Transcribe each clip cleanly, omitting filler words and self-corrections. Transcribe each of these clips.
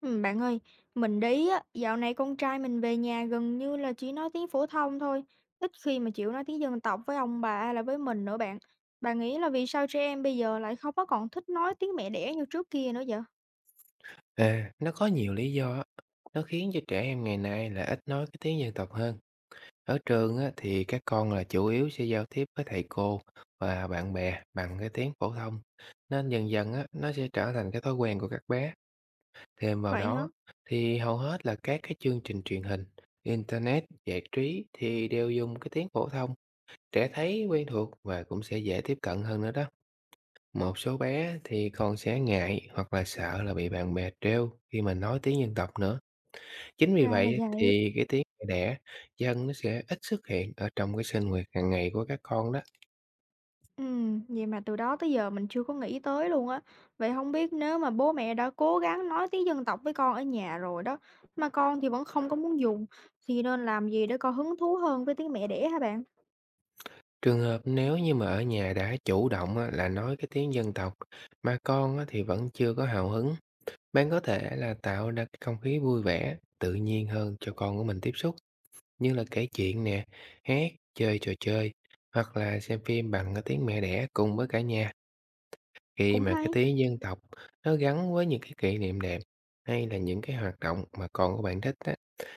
Bạn ơi, dạo này con trai mình về nhà gần như là chỉ nói tiếng phổ thông thôi, ít khi mà chịu nói tiếng dân tộc với ông bà hay là với mình nữa bạn. Bạn nghĩ là vì sao trẻ em bây giờ lại không có còn thích nói tiếng mẹ đẻ như trước kia nữa vậy? À, nó có nhiều lý do á. Nó khiến cho trẻ em ngày nay là ít nói cái tiếng dân tộc hơn. Ở trường á, thì các con là chủ yếu sẽ giao tiếp với thầy cô và bạn bè bằng cái tiếng phổ thông. Nên dần dần á, nó sẽ trở thành cái thói quen của các bé. Thêm vào Vậy hả? đó thì hầu hết là các cái chương trình truyền hình, internet, giải trí thì đều dùng cái tiếng phổ thông. Trẻ thấy quen thuộc và cũng sẽ dễ tiếp cận hơn nữa đó. Một số bé thì còn sẽ ngại hoặc là sợ là bị bạn bè trêu khi mà nói tiếng dân tộc nữa. Chính vì Ra là vậy vậy. thì cái tiếng mẹ đẻ dân nó sẽ ít xuất hiện ở trong cái sinh hoạt hàng ngày của các con đó. Vậy mà từ đó tới giờ mình chưa có nghĩ tới luôn á. Vậy không biết nếu mà bố mẹ đã cố gắng nói tiếng dân tộc với con ở nhà rồi đó, mà con thì vẫn không có muốn dùng, thì nên làm gì để con hứng thú hơn với tiếng mẹ đẻ hả bạn? Trường hợp nếu như mà ở nhà đã chủ động á, là nói cái tiếng dân tộc mà con á, thì vẫn chưa có hào hứng, bạn có thể là tạo ra cái không khí vui vẻ, tự nhiên hơn cho con của mình tiếp xúc, như là kể chuyện nè, hát, chơi trò chơi, hoặc là xem phim bằng cái tiếng mẹ đẻ cùng với cả nhà. Khi Cũng mà cái hay, tiếng dân tộc nó gắn với những cái kỷ niệm đẹp, hay là những cái hoạt động mà con của bạn thích á,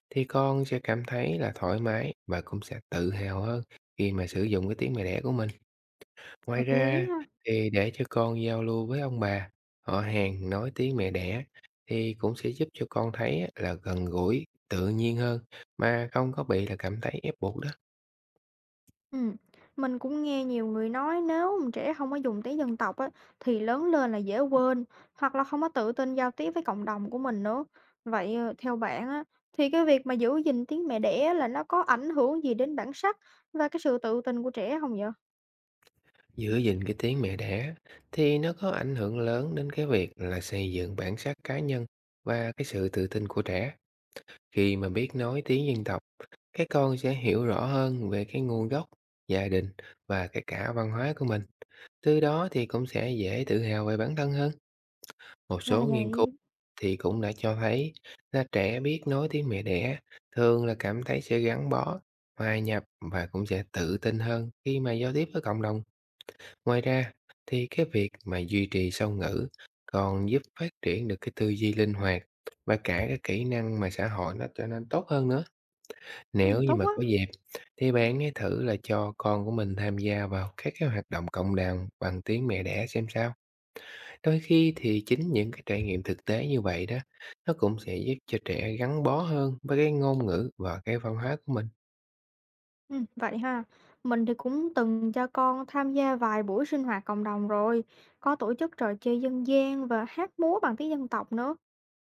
thì con sẽ cảm thấy là thoải mái và cũng sẽ tự hào hơn khi mà sử dụng cái tiếng mẹ đẻ của mình. Ngoài hợp lý ra ha. thì để cho con giao lưu với ông bà, họ hàng nói tiếng mẹ đẻ, thì cũng sẽ giúp cho con thấy á là gần gũi, tự nhiên hơn, mà không có bị là cảm thấy ép buộc đó. Ừm, mình cũng nghe nhiều người nói nếu mà trẻ không có dùng tiếng dân tộc á, thì lớn lên là dễ quên hoặc là không có tự tin giao tiếp với cộng đồng của mình nữa. Vậy theo bạn á, thì cái việc mà giữ gìn tiếng mẹ đẻ là nó có ảnh hưởng gì đến bản sắc và cái sự tự tin của trẻ không vậy? Giữ gìn cái tiếng mẹ đẻ thì nó có ảnh hưởng lớn đến cái việc là xây dựng bản sắc cá nhân và cái sự tự tin của trẻ. Khi mà biết nói tiếng dân tộc, cái con sẽ hiểu rõ hơn về cái nguồn gốc, gia đình và cái cả văn hóa của mình. Từ đó thì cũng sẽ dễ tự hào về bản thân hơn. Một Ra số là nghiên cứu vậy. thì cũng đã cho thấy là trẻ biết nói tiếng mẹ đẻ thường là cảm thấy sẽ gắn bó, hòa nhập và cũng sẽ tự tin hơn khi mà giao tiếp với cộng đồng. Ngoài ra thì cái việc mà duy trì song ngữ còn giúp phát triển được cái tư duy linh hoạt và cả cái kỹ năng mà xã hội nó trở nên tốt hơn nữa. Ừ, Nếu như tốt mà quá. có dịp thì bạn hãy thử là cho con của mình tham gia vào các cái hoạt động cộng đồng bằng tiếng mẹ đẻ xem sao. Đôi khi thì chính những cái trải nghiệm thực tế như vậy đó, nó cũng sẽ giúp cho trẻ gắn bó hơn với cái ngôn ngữ và cái văn hóa của mình. Vậy ha. Mình thì cũng từng cho con tham gia vài buổi sinh hoạt cộng đồng rồi, có tổ chức trò chơi dân gian và hát múa bằng tiếng dân tộc nữa.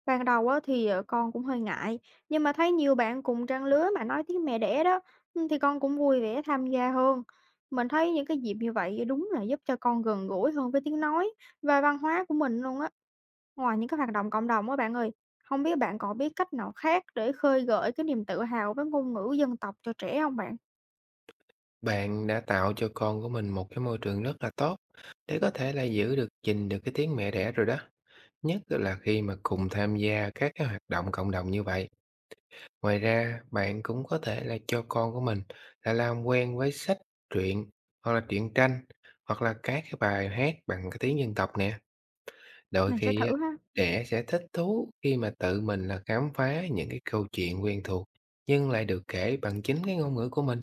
Ban đầu á, thì con cũng hơi ngại, nhưng mà thấy nhiều bạn cùng trang lứa mà nói tiếng mẹ đẻ đó, ừ, thì con cũng vui vẻ tham gia hơn. Mình thấy những cái dịp như vậy đúng là giúp cho con gần gũi hơn với tiếng nói và văn hóa của mình luôn á. Ngoài những cái hoạt động cộng đồng á bạn ơi, không biết bạn còn biết cách nào khác để khơi gợi cái niềm tự hào với ngôn ngữ dân tộc cho trẻ không bạn? Bạn đã tạo cho con của mình một cái môi trường rất là tốt để có thể là giữ được gìn được cái tiếng mẹ đẻ rồi đó, nhất là khi mà cùng tham gia các cái hoạt động cộng đồng như vậy. Ngoài ra, bạn cũng có thể là cho con của mình là làm quen với sách, truyện, hoặc là truyện tranh, hoặc là các cái bài hát bằng cái tiếng dân tộc nè. Đôi Mình sẽ khi á, thử ha, trẻ sẽ thích thú khi mà tự mình là khám phá những cái câu chuyện quen thuộc, nhưng lại được kể bằng chính cái ngôn ngữ của mình.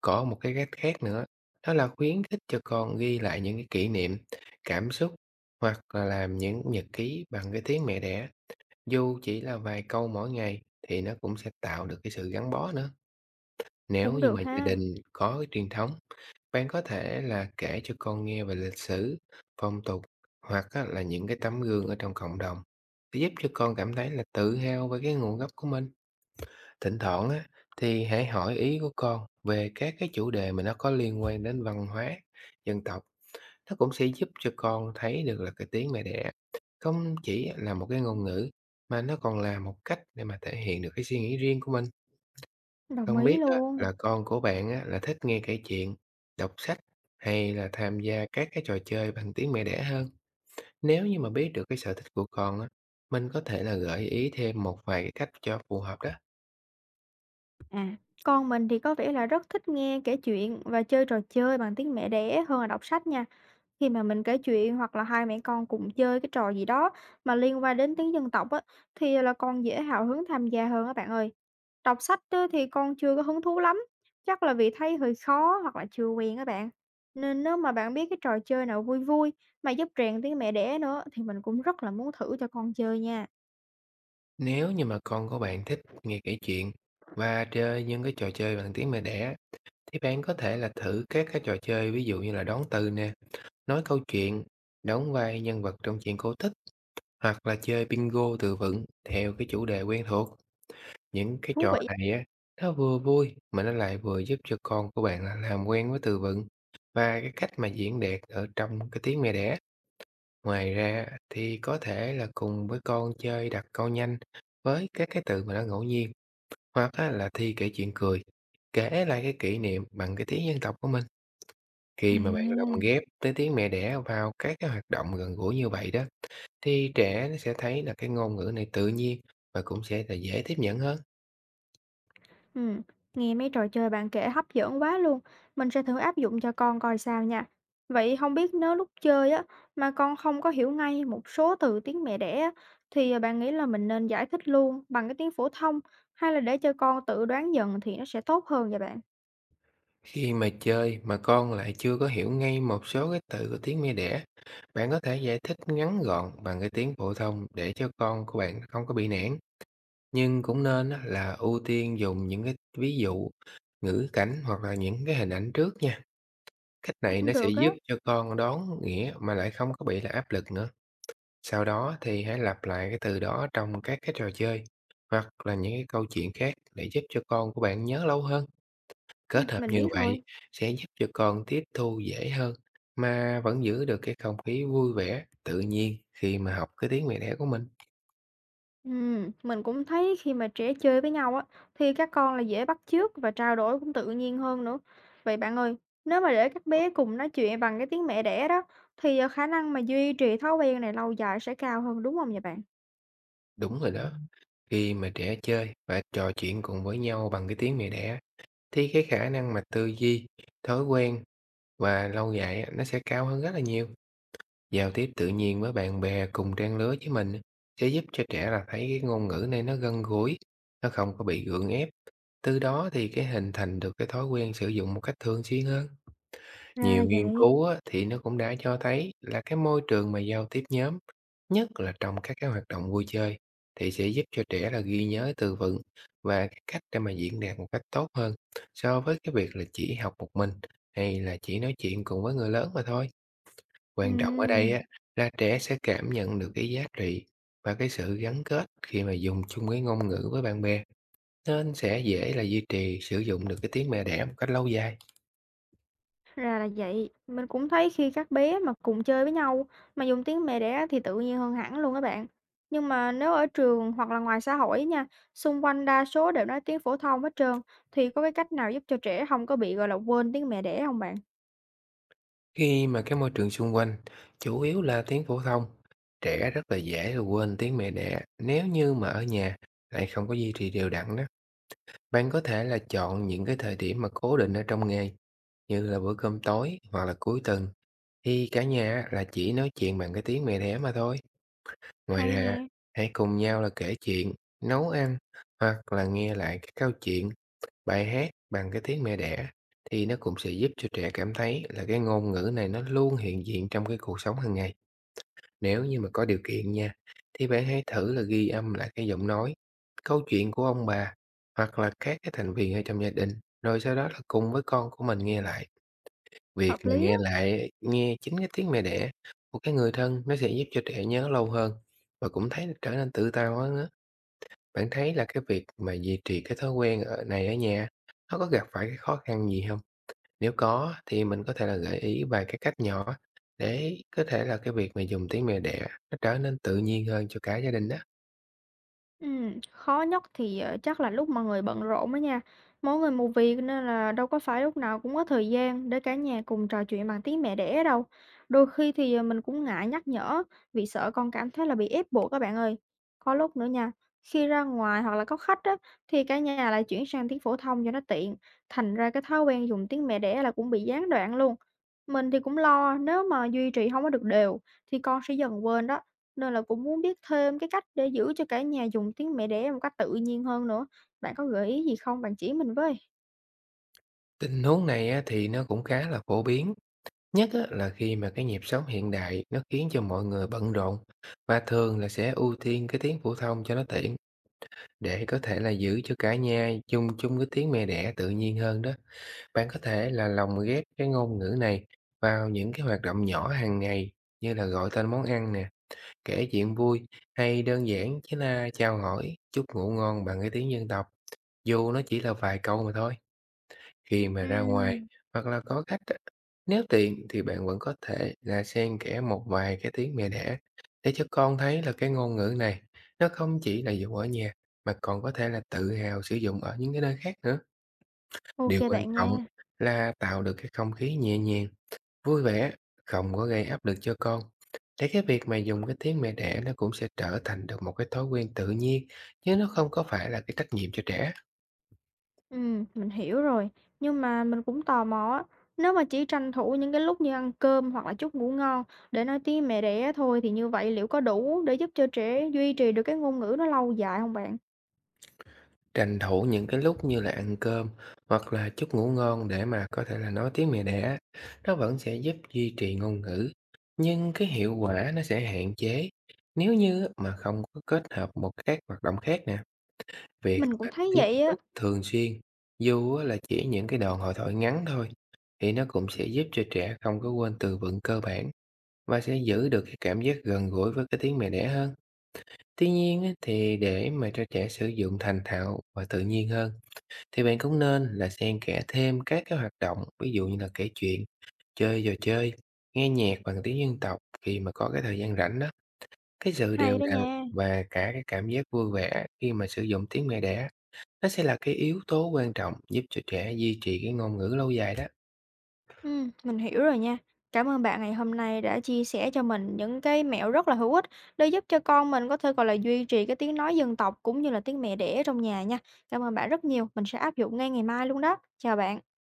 Có một cái cách khác nữa, đó là khuyến khích cho con ghi lại những cái kỷ niệm, cảm xúc, hoặc là làm những nhật ký bằng cái tiếng mẹ đẻ, dù chỉ là vài câu mỗi ngày, thì nó cũng sẽ tạo được cái sự gắn bó nữa. Nếu cũng như mà được gia ha, đình có cái truyền thống, bạn có thể là kể cho con nghe về lịch sử, phong tục, hoặc á, là những cái tấm gương ở trong cộng đồng để giúp cho con cảm thấy là tự hào về cái nguồn gốc của mình. Thỉnh thoảng á, thì hãy hỏi ý của con về các cái chủ đề mà nó có liên quan đến văn hóa, dân tộc. Nó cũng sẽ giúp cho con thấy được là cái tiếng mẹ đẻ không chỉ là một cái ngôn ngữ, mà nó còn là một cách để mà thể hiện được cái suy nghĩ riêng của mình. đồng Không ý biết á, luôn. là con của bạn á, là thích nghe kể chuyện, đọc sách, hay là tham gia các cái trò chơi bằng tiếng mẹ đẻ hơn. Nếu như mà biết được cái sở thích của con á, mình có thể là gợi ý thêm một vài cái cách cho phù hợp đó. À, con mình thì có vẻ là rất thích nghe kể chuyện và chơi trò chơi bằng tiếng mẹ đẻ hơn là đọc sách nha. Khi mà mình kể chuyện hoặc là hai mẹ con cùng chơi cái trò gì đó mà liên quan đến tiếng dân tộc á, thì là con dễ hào hứng tham gia hơn các bạn ơi. Đọc sách á, thì con chưa có hứng thú lắm, chắc là vì thấy hơi khó hoặc là chưa quen các bạn. Nên nếu mà bạn biết cái trò chơi nào vui vui mà giúp rèn tiếng mẹ đẻ nữa thì mình cũng rất là muốn thử cho con chơi nha. Nếu như mà con của bạn thích nghe kể chuyện và chơi những cái trò chơi bằng tiếng mẹ đẻ, thì bạn có thể là thử các cái trò chơi, ví dụ như là đoán từ nè, nói câu chuyện, đóng vai nhân vật trong chuyện cô thích, hoặc là chơi bingo từ vựng theo cái chủ đề quen thuộc. Những cái Thú trò vị. này á, nó vừa vui mà nó lại vừa giúp cho con của bạn là làm quen với từ vựng và cái cách mà diễn đạt ở trong cái tiếng mẹ đẻ. Ngoài ra thì có thể là cùng với con chơi đặt câu nhanh với các cái từ mà nó ngẫu nhiên, hoặc á, là thi kể chuyện cười, kể lại cái kỷ niệm bằng cái tiếng dân tộc của mình. À. Khi mà bạn lồng ghép tới tiếng mẹ đẻ vào các cái hoạt động gần gũi như vậy đó, thì trẻ nó sẽ thấy là cái ngôn ngữ này tự nhiên và cũng sẽ là dễ tiếp nhận hơn. Ừm, nghe mấy trò chơi bạn kể hấp dẫn quá luôn. Mình sẽ thử áp dụng cho con coi sao nha. Vậy không biết nếu lúc chơi á mà con không có hiểu ngay một số từ tiếng mẹ đẻ á, thì bạn nghĩ là mình nên giải thích luôn bằng cái tiếng phổ thông hay là để cho con tự đoán dần thì nó sẽ tốt hơn vậy bạn? Khi mà chơi mà con lại chưa có hiểu ngay một số cái từ của tiếng mẹ đẻ, bạn có thể giải thích ngắn gọn bằng cái tiếng phổ thông để cho con của bạn không có bị nản. Nhưng cũng nên á, là ưu tiên dùng những cái ví dụ, ngữ cảnh, hoặc là những cái hình ảnh trước nha. Cách này nó Cũng sẽ được á. giúp cho con đoán nghĩa mà lại không có bị là áp lực nữa. Sau đó thì hãy lặp lại cái từ đó trong các cái trò chơi hoặc là những cái câu chuyện khác để giúp cho con của bạn nhớ lâu hơn. Ừ, Kết hợp mình như biết vậy rồi. sẽ giúp cho con tiếp thu dễ hơn mà vẫn giữ được cái không khí vui vẻ, tự nhiên khi mà học cái tiếng mẹ đẻ của mình. Mình cũng thấy khi mà trẻ chơi với nhau á, thì các con là dễ bắt chước và trao đổi cũng tự nhiên hơn nữa. Vậy bạn ơi, nếu mà để các bé cùng nói chuyện bằng cái tiếng mẹ đẻ đó, thì khả năng mà duy trì thói quen này lâu dài sẽ cao hơn đúng không vậy bạn? Đúng rồi đó. Khi mà trẻ chơi và trò chuyện cùng với nhau bằng cái tiếng mẹ đẻ, thì cái khả năng mà tư duy, thói quen và lâu dài á, nó sẽ cao hơn rất là nhiều. Giao tiếp tự nhiên với bạn bè cùng trang lứa với mình sẽ giúp cho trẻ là thấy cái ngôn ngữ này nó gần gũi, nó không có bị gượng ép. Từ đó thì cái hình thành được cái thói quen sử dụng một cách thường xuyên hơn. Ra Nhiều là nghiên vậy. cứu á, thì nó cũng đã cho thấy là cái môi trường mà giao tiếp nhóm, nhất là trong các cái hoạt động vui chơi, thì sẽ giúp cho trẻ là ghi nhớ từ vựng và cái cách để mà diễn đạt một cách tốt hơn so với cái việc là chỉ học một mình hay là chỉ nói chuyện cùng với người lớn mà thôi. Quan trọng ở đây Ừm. á, là trẻ sẽ cảm nhận được cái giá trị và cái sự gắn kết khi mà dùng chung cái ngôn ngữ với bạn bè, nên sẽ dễ là duy trì sử dụng được cái tiếng mẹ đẻ một cách lâu dài. Ra là vậy, mình cũng thấy khi các bé mà cùng chơi với nhau mà dùng tiếng mẹ đẻ thì tự nhiên hơn hẳn luôn các bạn. Nhưng mà nếu ở trường hoặc là ngoài xã hội nha, xung quanh đa số đều nói tiếng phổ thông hết trơn, thì có cái cách nào giúp cho trẻ không có bị gọi là quên tiếng mẹ đẻ không bạn? Khi mà cái môi trường xung quanh chủ yếu là tiếng phổ thông, trẻ rất là dễ là quên tiếng mẹ đẻ nếu như mà ở nhà lại không có duy trì đều đặn đó. Bạn có thể là chọn những cái thời điểm mà cố định ở trong ngày, như là bữa cơm tối hoặc là cuối tuần, thì cả nhà là chỉ nói chuyện bằng cái tiếng mẹ đẻ mà thôi. Ngoài Hay ra, nè, hãy cùng nhau là kể chuyện, nấu ăn, hoặc là nghe lại các câu chuyện, bài hát bằng cái tiếng mẹ đẻ, thì nó cũng sẽ giúp cho trẻ cảm thấy là cái ngôn ngữ này nó luôn hiện diện trong cái cuộc sống hàng ngày. Nếu như mà có điều kiện nha, thì bạn hãy thử là ghi âm lại cái giọng nói, câu chuyện của ông bà, hoặc là các cái thành viên ở trong gia đình, rồi sau đó là cùng với con của mình nghe lại. Việc hợp mà lý nghe á. lại nghe chính cái tiếng mẹ đẻ của cái người thân, nó sẽ giúp cho trẻ nhớ lâu hơn và cũng thấy trở nên tự tao hơn á. Bạn thấy là cái việc mà duy trì cái thói quen ở nhà, nó có gặp phải cái khó khăn gì không? Nếu có thì mình có thể là gợi ý vài cái cách nhỏ để có thể là cái việc mà dùng tiếng mẹ đẻ nó trở nên tự nhiên hơn cho cả gia đình đó. Khó nhất thì, chắc là lúc mà người bận rộn đó nha. Mỗi người một việc nên là đâu có phải lúc nào cũng có thời gian để cả nhà cùng trò chuyện bằng tiếng mẹ đẻ đâu. Đôi khi thì, mình cũng ngại nhắc nhở vì sợ con cảm thấy là bị ép buộc các bạn ơi. Có lúc nữa nha, khi ra ngoài hoặc là có khách á, thì cả nhà lại chuyển sang tiếng phổ thông cho nó tiện, thành ra cái thói quen dùng tiếng mẹ đẻ là cũng bị gián đoạn luôn. Mình thì cũng lo nếu mà duy trì không có được đều thì con sẽ dần quên đó. Nên là cũng muốn biết thêm cái cách để giữ cho cả nhà dùng tiếng mẹ đẻ một cách tự nhiên hơn nữa. Bạn có gợi ý gì không? Bạn chỉ mình với. Tình huống này á thì nó cũng khá là phổ biến. Nhất á, là khi mà cái nhịp sống hiện đại nó khiến cho mọi người bận rộn và thường là sẽ ưu tiên cái tiếng phổ thông cho nó tiện. Để có thể là giữ cho cả nhà chung chung cái tiếng mẹ đẻ tự nhiên hơn đó, bạn có thể là lồng ghép cái ngôn ngữ này vào những cái hoạt động nhỏ hàng ngày, như là gọi tên món ăn nè, kể chuyện vui, hay đơn giản chỉ là chào hỏi, chúc ngủ ngon bằng cái tiếng dân tộc, dù nó chỉ là vài câu mà thôi. Khi mà ra ngoài Ừm. hoặc là có khách á, nếu tiện thì bạn vẫn có thể là xen kẽ một vài cái tiếng mẹ đẻ để cho con thấy là cái ngôn ngữ này nó không chỉ là dùng ở nhà mà còn có thể là tự hào sử dụng ở những cái nơi khác nữa. Ok Điều quan bạn nha. trọng là tạo được cái không khí nhẹ nhàng, vui vẻ, không có gây áp lực cho con, để cái việc mà dùng cái tiếng mẹ đẻ nó cũng sẽ trở thành được một cái thói quen tự nhiên chứ nó không có phải là cái trách nhiệm cho trẻ. Mình hiểu rồi. Nhưng mà mình cũng tò mò á, nếu mà chỉ tranh thủ những cái lúc như ăn cơm hoặc là chút ngủ ngon để nói tiếng mẹ đẻ thôi thì như vậy liệu có đủ để giúp cho trẻ duy trì được cái ngôn ngữ nó lâu dài không bạn? Tranh thủ những cái lúc như là ăn cơm hoặc là chút ngủ ngon để mà có thể là nói tiếng mẹ đẻ, nó vẫn sẽ giúp duy trì ngôn ngữ, nhưng cái hiệu quả nó sẽ hạn chế nếu như mà không có kết hợp một các hoạt động khác nè. Việc Mình cũng mà thấy tiếp vậy á, xúc thường xuyên, dù á là chỉ những cái đoạn hội thoại ngắn thôi, thì nó cũng sẽ giúp cho trẻ không có quên từ vựng cơ bản và sẽ giữ được cái cảm giác gần gũi với cái tiếng mẹ đẻ hơn. Tuy nhiên á, thì để mà cho trẻ sử dụng thành thạo và tự nhiên hơn, thì bạn cũng nên là xen kẽ thêm các cái hoạt động, ví dụ như là kể chuyện, chơi trò chơi, nghe nhạc bằng tiếng dân tộc khi mà có cái thời gian rảnh đó. Cái sự hay đều đó đặn nha. và cả cái cảm giác vui vẻ khi mà sử dụng tiếng mẹ đẻ, nó sẽ là cái yếu tố quan trọng giúp cho trẻ duy trì cái ngôn ngữ lâu dài đó. Mình hiểu rồi nha. Cảm ơn bạn ngày hôm nay đã chia sẻ cho mình những cái mẹo rất là hữu ích để giúp cho con mình có thể, gọi là, duy trì cái tiếng nói dân tộc cũng như là tiếng mẹ đẻ trong nhà nha. Cảm ơn bạn rất nhiều, mình sẽ áp dụng ngay ngày mai luôn đó. Chào bạn.